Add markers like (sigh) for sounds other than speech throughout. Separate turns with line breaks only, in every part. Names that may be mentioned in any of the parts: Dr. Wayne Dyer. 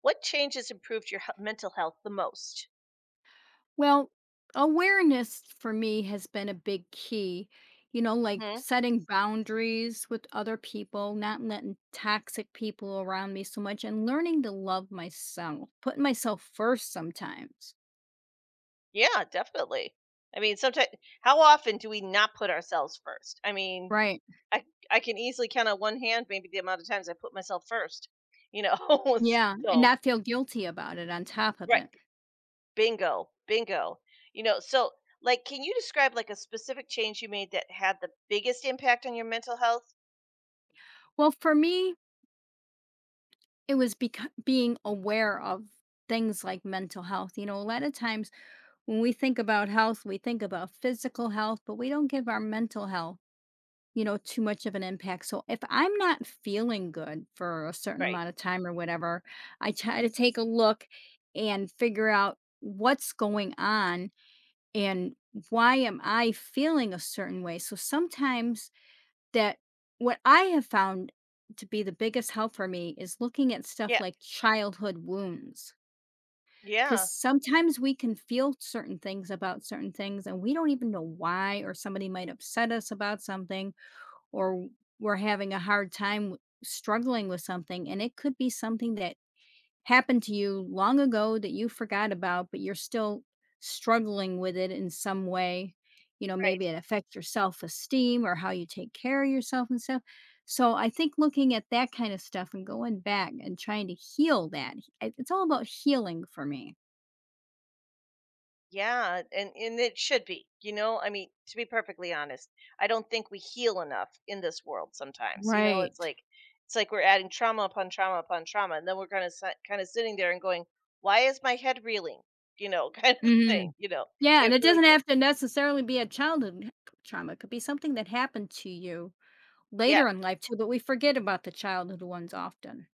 What changes improved your h mental health the most?
Well, awareness for me has been a big key. You know, like
Mhm.
setting boundaries with other people, not letting toxic people around me so much, and learning to love myself, putting myself first sometimes.
Yeah, definitely. I mean, sometimes, how often do we not put ourselves first? I mean,
Right.
I I can easily count on one hand maybe the amount of times I put myself first, you know? (laughs)
Yeah, and
So
not feel guilty about it on top of
right,
it.
bingo, bingo. You know, so, like, can you describe, like, a specific change you made that had the biggest impact on your mental health?
Well, for me, it was being aware of things like mental health. You know, a lot of times when we think about health, we think about physical health, but we don't give our mental health too much of an impact. So if I'm not feeling good for a certain
Right.
amount of time or whatever, I try to take a look and figure out what's going on and why am I feeling a certain way. So sometimes that, what I have found to be the biggest help for me, is looking at stuff
Yeah.
like childhood wounds. Because
Yeah,
sometimes we can feel certain things about certain things and we don't even know why, or somebody might upset us about something or we're having a hard time struggling with something, and it could be something that happened to you long ago that you forgot about but you're still struggling with it in some way. You know,
right.
maybe it affects your self-esteem or how you take care of yourself and stuff. So I think looking at that kind of stuff and going back and trying to heal that, it's all about healing for me.
Yeah, and it should be. You know, I mean, to be perfectly honest, I don't think we heal enough in this world sometimes. You know,
Right.
it's like we're adding trauma upon trauma upon trauma, and then we're kind of sitting there and going, "Why is my head reeling?" You know, (laughs) kind of
Hmm.
thing, you know.
Yeah, and
It
it
really
doesn't have to necessarily be a childhood trauma, it could be something that happened to you
Yeah.
later in life too, but we forget about the childhood ones often,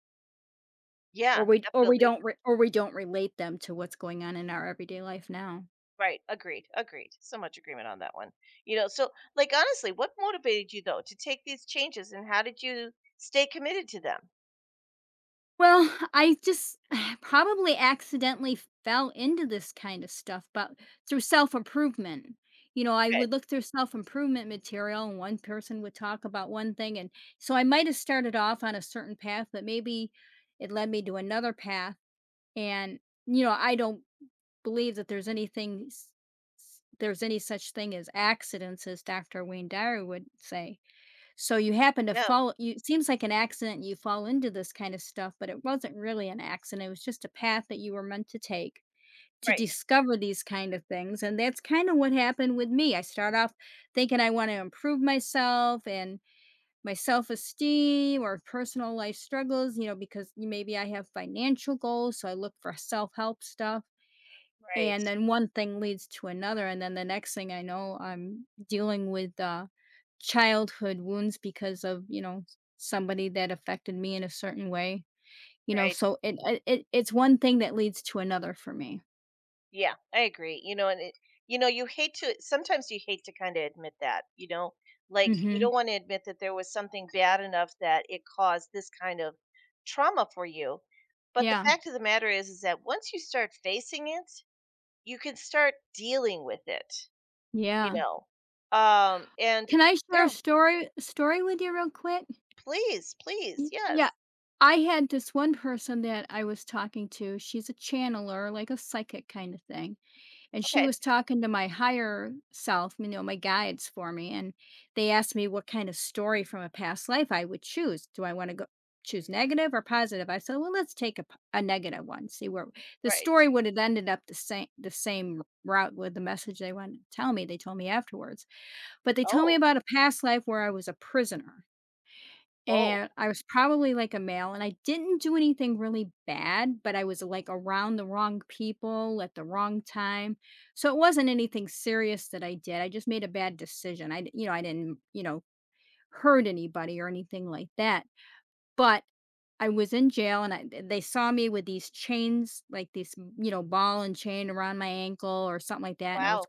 Yeah, definitely.
or we don't relate them to what's going on in our everyday life now.
Right. Agreed. Agreed. So much agreement on that one. You know, so like honestly, what motivated you though to take these changes, and how did you stay committed to them?
Well, I just (sighs) probably accidentally fell into this kind of stuff, but through self-improvement. You know, I
Okay.
would look through self-improvement material, and one person would talk about one thing, and so I might have started off on a certain path, but maybe it led me to another path, and, you know, I don't believe that there's there's any such thing as accidents, as Dr. Wayne Dyer would say. So you happen to
Yeah.
fall, you, it seems like an accident, you fall into this kind of stuff, but it wasn't really an accident. It was just a path that you were meant to take to
Right.
discover these kind of things. And that's kind of what happened with me. I start off thinking I want to improve myself and my self-esteem or personal life struggles, you know, because maybe I have financial goals, so I look for self-help stuff,
Right.
and then one thing leads to another, and then the next thing I know, I'm dealing with, childhood wounds because of, you know, somebody that affected me in a certain way, you know,
Right.
so it's one thing that leads to another for me.
Yeah, I agree. You know, and it, you know, you hate to sometimes you hate to kind of admit that, you know, like you don't
Mhm.
want to admit that there was something bad enough that it caused this kind of trauma for you. But the
Yeah.
fact of the matter is that once you start facing it, you can start dealing with it, you
Yeah.
know. And
Can I share a
there
story with you real quick?
please, please.
Y
Yes.
yeah. I had this one person that I was talking to, she's a channeler, like a psychic kinda thing. And she
Okay.
was talking to my higher self, you know, my guides for me. And they asked me what kind of story from a past life I would choose. Do I want to go choose negative or positive? I said, well, let's take a, a negative one, see where the
Right.
story would have ended up the same, route with the message they wanted to tell me. They told me afterwards, but they told me
Oh,
about a past life where I was a prisoner,
whoa.
and I was probably, like, a male, and I didn't do anything really bad, but I was, like, around the wrong people at the wrong time. So it wasn't anything serious that I did, I just made a bad decision. I d You know, I didn't, you know, hurt anybody or anything like that, but I was in jail, and I th they saw me with these chains, like, this, you know, ball and chain around my ankle or something like that. And
Wow.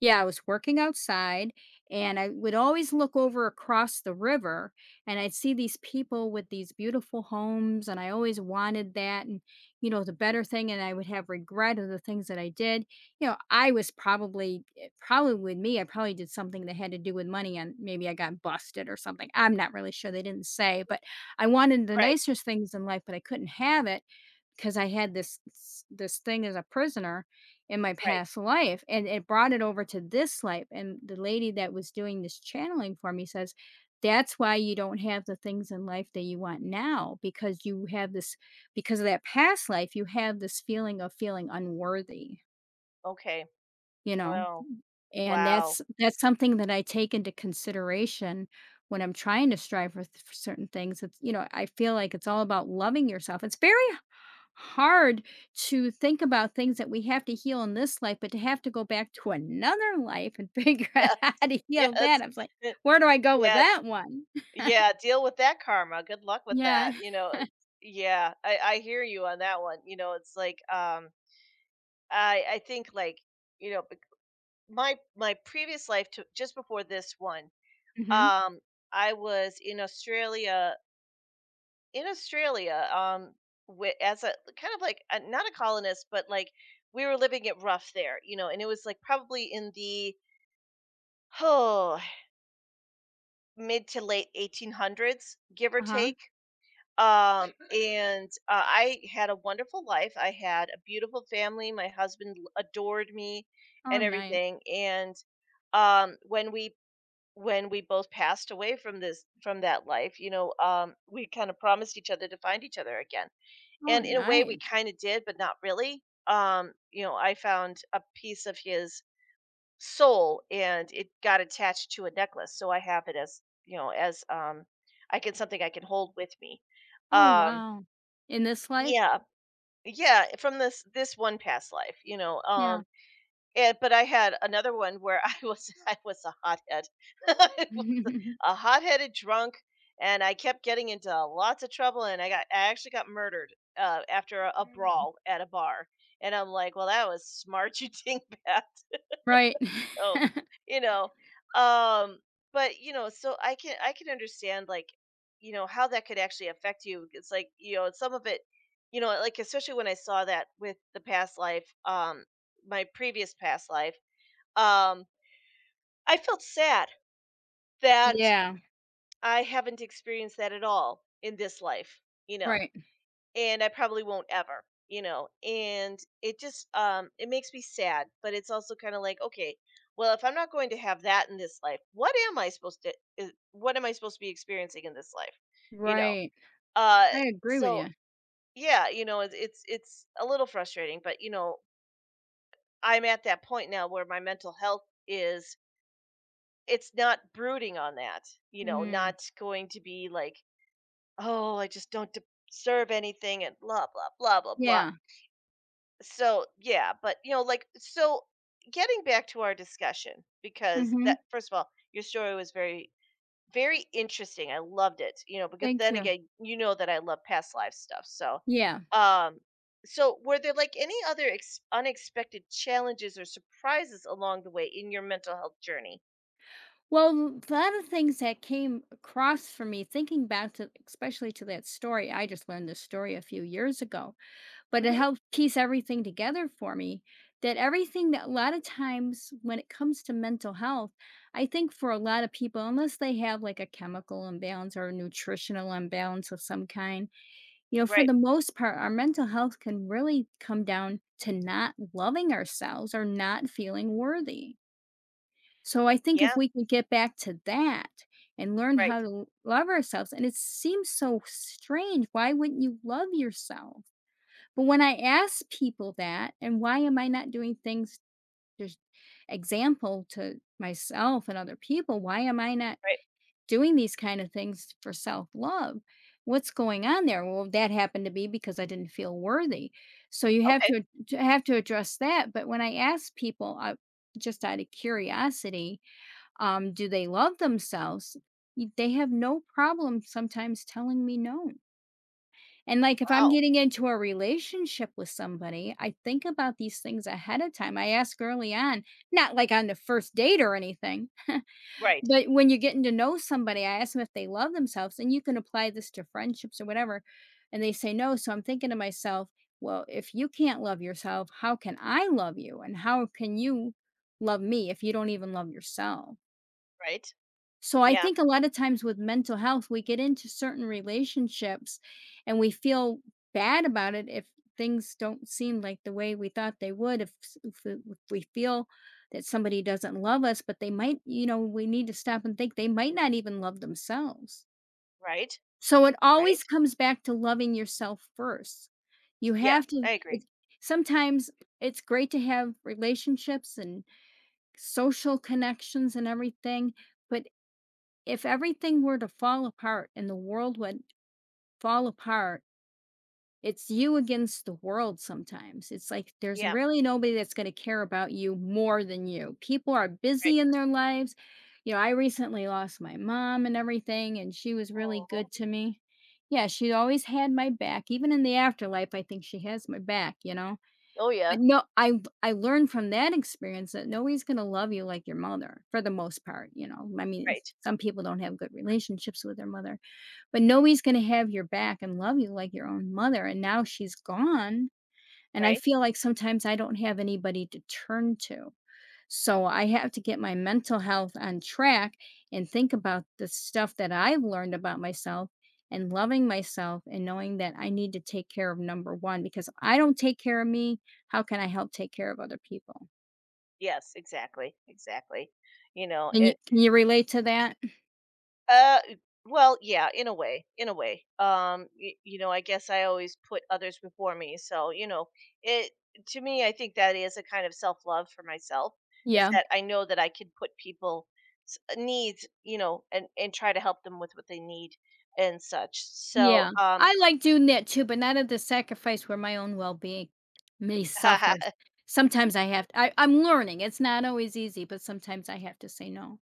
I was working outside, and I would always look over across the river and I'd see these people with these beautiful homes, and I always wanted that and, you know, the better thing, and I would have regret of the things that I did. You know, I was probably probably with me, I probably did something that had to do with money and maybe I got busted or something. I'm not really sure, they didn't say, but I wanted the
Right,
nicest things in life but I couldn't have it, 'cause I had this thing as a prisoner in my
right.
past life, and it brought it over to this life, and the lady that was doing this channeling for me says, "That's why you don't have the things in life that you want now, because you have this, because of that past life, you have this feeling of feeling unworthy,"
Okay.
you know?
Wow.
And
Wow.
that's something that I take into consideration when I'm trying to strive for th for certain things. It's, you know, I feel like it's all about loving yourself. It's very h hard to think about things that we have to heal in this life, but to have to go back to another life and (laughs) figure
(laughs)
out
Yeah.
how to heal
Yes.
that, I was like,
(laughs)
"Where do I go with
Yeah,
that one?"
yeah, deal with that karma. Good luck with
Yeah.
that. You know, it's yeah, I hear you on that one. You know, it's like I think like, you know, bec- my previous life to just before this one,
(laughs) Mhm.
um I was in Australia with, as a kind of like a, not a colonist but like we were living it rough there, you know, and it was like probably in the oh, mid to late 1800s, give or
Uh-huh.
take (laughs) and I had a wonderful life. I had a beautiful family. My husband adored me and
Oh, nice.
everything. And um when we when we both passed away from this from that life, you know, we kind of promised each other to find each other again,
Oh,
and in a way we
nice.
kind of did, but not really. Um, you know, I found a piece of his soul, and it got attached to a necklace, so I have it, as you know, as I can something I can hold with me.
Oh,
Um
wow. In this life?
yeah, yeah, from this one past life, you know,
Yeah.
and but I had another one where I was (laughs) I was a hothead. (laughs) A
(laughs)
hot-headed drunk, and I kept getting into lots of trouble, and I got I actually got murdered, after a brawl at a bar, and I'm like, "Well, that was smart, you (laughs) dingbat."
Right.
So
(laughs)
you know um but you know so I can understand like you know how that could actually affect you. It's like you know some of it you know like especially when I saw that with the past life my previous past life um I felt sad that
Yeah.
I haven't experienced that at all in this life, you know,
Right.
and I probably won't ever, you know. And it just it makes me sad, but it's also kind of like, okay, well, if I'm not going to have that in this life, what am I supposed to be experiencing in this life? You know.
Right.
Uh
I agree with
so
you.
yeah, you know, it's a little frustrating, but you know, I'm at that point now where my mental health is it's not brooding on that, you know,
Mm.
not going to be like, oh, I just don't serve anything and blah blah blah blah blah.
Yeah.
So, yeah, but, you know, like, so getting back to our discussion, because
Mhm.
that, first of all, your story was very, very interesting. I loved it, you know, because
Thank
then
you.
again, you know that I love past life stuff. So,
Yeah.
um, so were there like any other unexpected challenges or surprises along the way in your mental health journey?
Well, a lot of things that came across for me, thinking back to, especially to that story. I just learned this story a few years ago, but it
Hmm.
helped piece everything together for me, that everything, that a lot of times when it comes to mental health, I think for a lot of people, unless they have like a chemical imbalance or a nutritional imbalance of some kind, you know, for
Right.
the most part, our mental health can really come down to not loving ourselves or not feeling worthy. So I think
Yeah.
if we could get back to that and learn
Right.
how to love ourselves, and it seems so strange, why wouldn't you love yourself? But when I ask people that, and why am I not doing things, there's example to myself and other people, why am I not
Right.
doing these kind of things for self love. What's going on there? Well, that happened to be because I didn't feel worthy. So you have
Okay.
to have to address that. But when I ask people, just out of curiosity, do they love themselves? They have no problem sometimes telling me no. And like if I'm
Wow.
getting into a relationship with somebody, I think about these things ahead of time. I ask early on, not like on the first date or anything,
Right.
but when you're getting to know somebody, I ask them if they love themselves, and you can apply this to friendships or whatever, and they say no. So I'm thinking to myself, well, if you can't love yourself, how can I love you? And how can you love me if you don't even love yourself?
Right.
So I
Yeah.
think a lot of times with mental health, we get into certain relationships and we feel bad about it if things don't seem like the way we thought they would. If we feel that somebody doesn't love us, but they might, you know, we need to stop and think they might not even love themselves.
Right.
So it always
Right.
comes back to loving yourself first. You
Yeah.
have
I
to,
agree.
it's, sometimes it's great to have relationships and social connections and everything, but if everything were to fall apart and the world would fall apart, it's you against the world sometimes. It's like there's
Yeah.
really nobody that's going to care about you more than you. People are
Right.
busy in their lives. You know, I recently lost my mom and everything, and she was really
Oh,
good to me. Yeah, she always had my back. Even in the afterlife, I think she has my back, you know?
oh yeah.
But no, I learned from that experience that nobody's gonna love you like your mother for the most part, you know, I mean,
Right.
some people don't have good relationships with their mother, but nobody's gonna have your back and love you like your own mother, and now she's gone, and I
Right?
feel like sometimes I don't have anybody to turn to. So I have to get my mental health on track and think about the stuff that I've learned about myself and loving myself and knowing that I need to take care of number one, because if I don't take care of me, how can I help take care of other people?
Yes, exactly, exactly. You know,
Can you
it
can you relate to that?
uh well, yeah, in a way, in a way. You know, I guess I always put others before me, so you know, it to me I think that is a kind of self-love for myself is
Yeah.
that I know that I can put people needs, you know, and try to help them with what they need and such. So,
Yeah. I like doing that too, but not at the sacrifice where my own well being may suffer.
(laughs)
Sometimes I have to, I, I'm learning. It's not always easy, but sometimes I have to say no.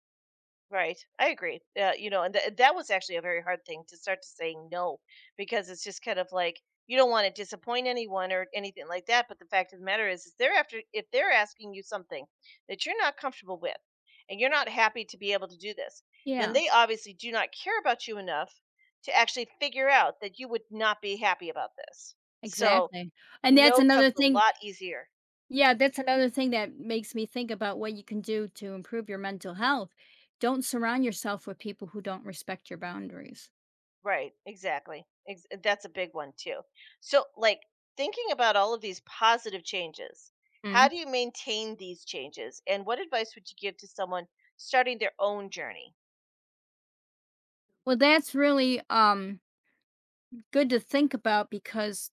Right, I agree. You know, and that was actually a very hard thing to start to saying no, because it's just kind of like you don't want to disappoint anyone or anything like that. But the fact of the matter is they're after if they're asking you something that you're not comfortable with, and you're not happy to be able to do this, then
Yeah,
they obviously do not care about you enough to actually figure out that you would not be happy about this. So
exactly. And that's
no comes
another
a
thing.
lot easier.
Yeah, that's another thing that makes me think about what you can do to improve your mental health. Don't surround yourself with people who don't respect your boundaries.
Right, exactly. That's a big one too. So, like thinking about all of these positive changes, how
Mm.
do you maintain these changes? And what advice would you give to someone starting their own journey?
Well, that's really good to think about, because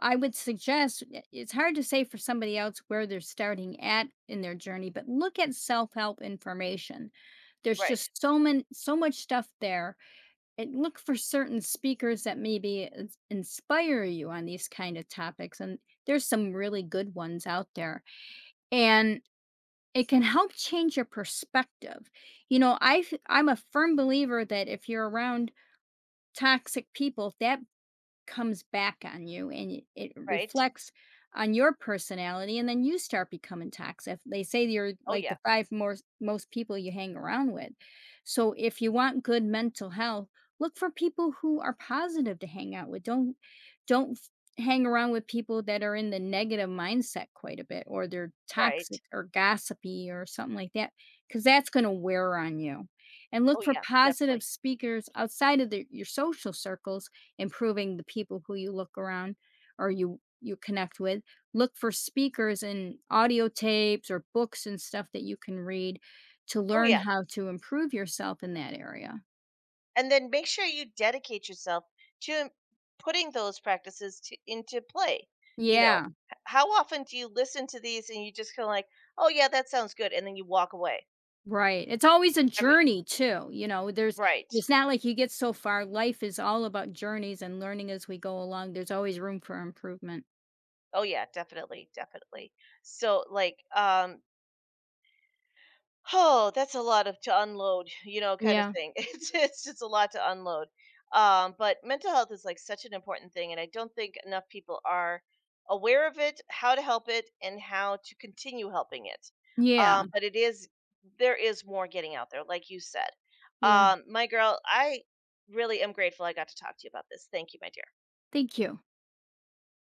I would suggest, it's hard to say for somebody else where they're starting at in their journey, but look at self-help information. There's
Right,
just so much stuff there, and look for certain speakers that maybe inspire you on these kind of topics, and there's some really good ones out there, and it can help change your perspective. You know, I'm a firm believer that if you're around toxic people, that comes back on you and it
right.
reflects on your personality and then you start becoming toxic. They say you're
Oh,
like
yeah,
the five most people you hang around with. So if you want good mental health, look for people who are positive to hang out with. Don't hang around with people that are in the negative mindset quite a bit, or they're
right.
toxic or gossipy or something like that, cuz that's going to wear on you. And
Oh,
look for
yeah,
positive
definitely.
speakers outside of your social circles, improving the people who you look around or you connect with. Look for speakers and audio tapes or books and stuff that you can read to
Oh,
learn
yeah.
how to improve yourself in that area.
And then make sure you dedicate yourself to putting those practices to, into play. You know,
Yeah,
how often do you listen to these and you just kind of like, oh, yeah, that sounds good. And then you walk away?
right. It's always a
I mean,
journey too, you know, there's
right.
it's not like you get so far. Life is all about journeys and learning as we go along. There's always room for improvement.
Oh yeah, definitely, definitely. So like, oh, that's a lot of to unload, (laughs) you know, kind of
Yeah.
thing. (laughs) It's just a lot to unload. But mental health is like such an important thing, and I don't think enough people are aware of it, how to help it, and how to continue helping it.
Yeah.
But it is there is more getting out there, like you said.
Yeah.
My girl, I really am grateful I got to talk to you about this. Thank you, my dear.
Thank you.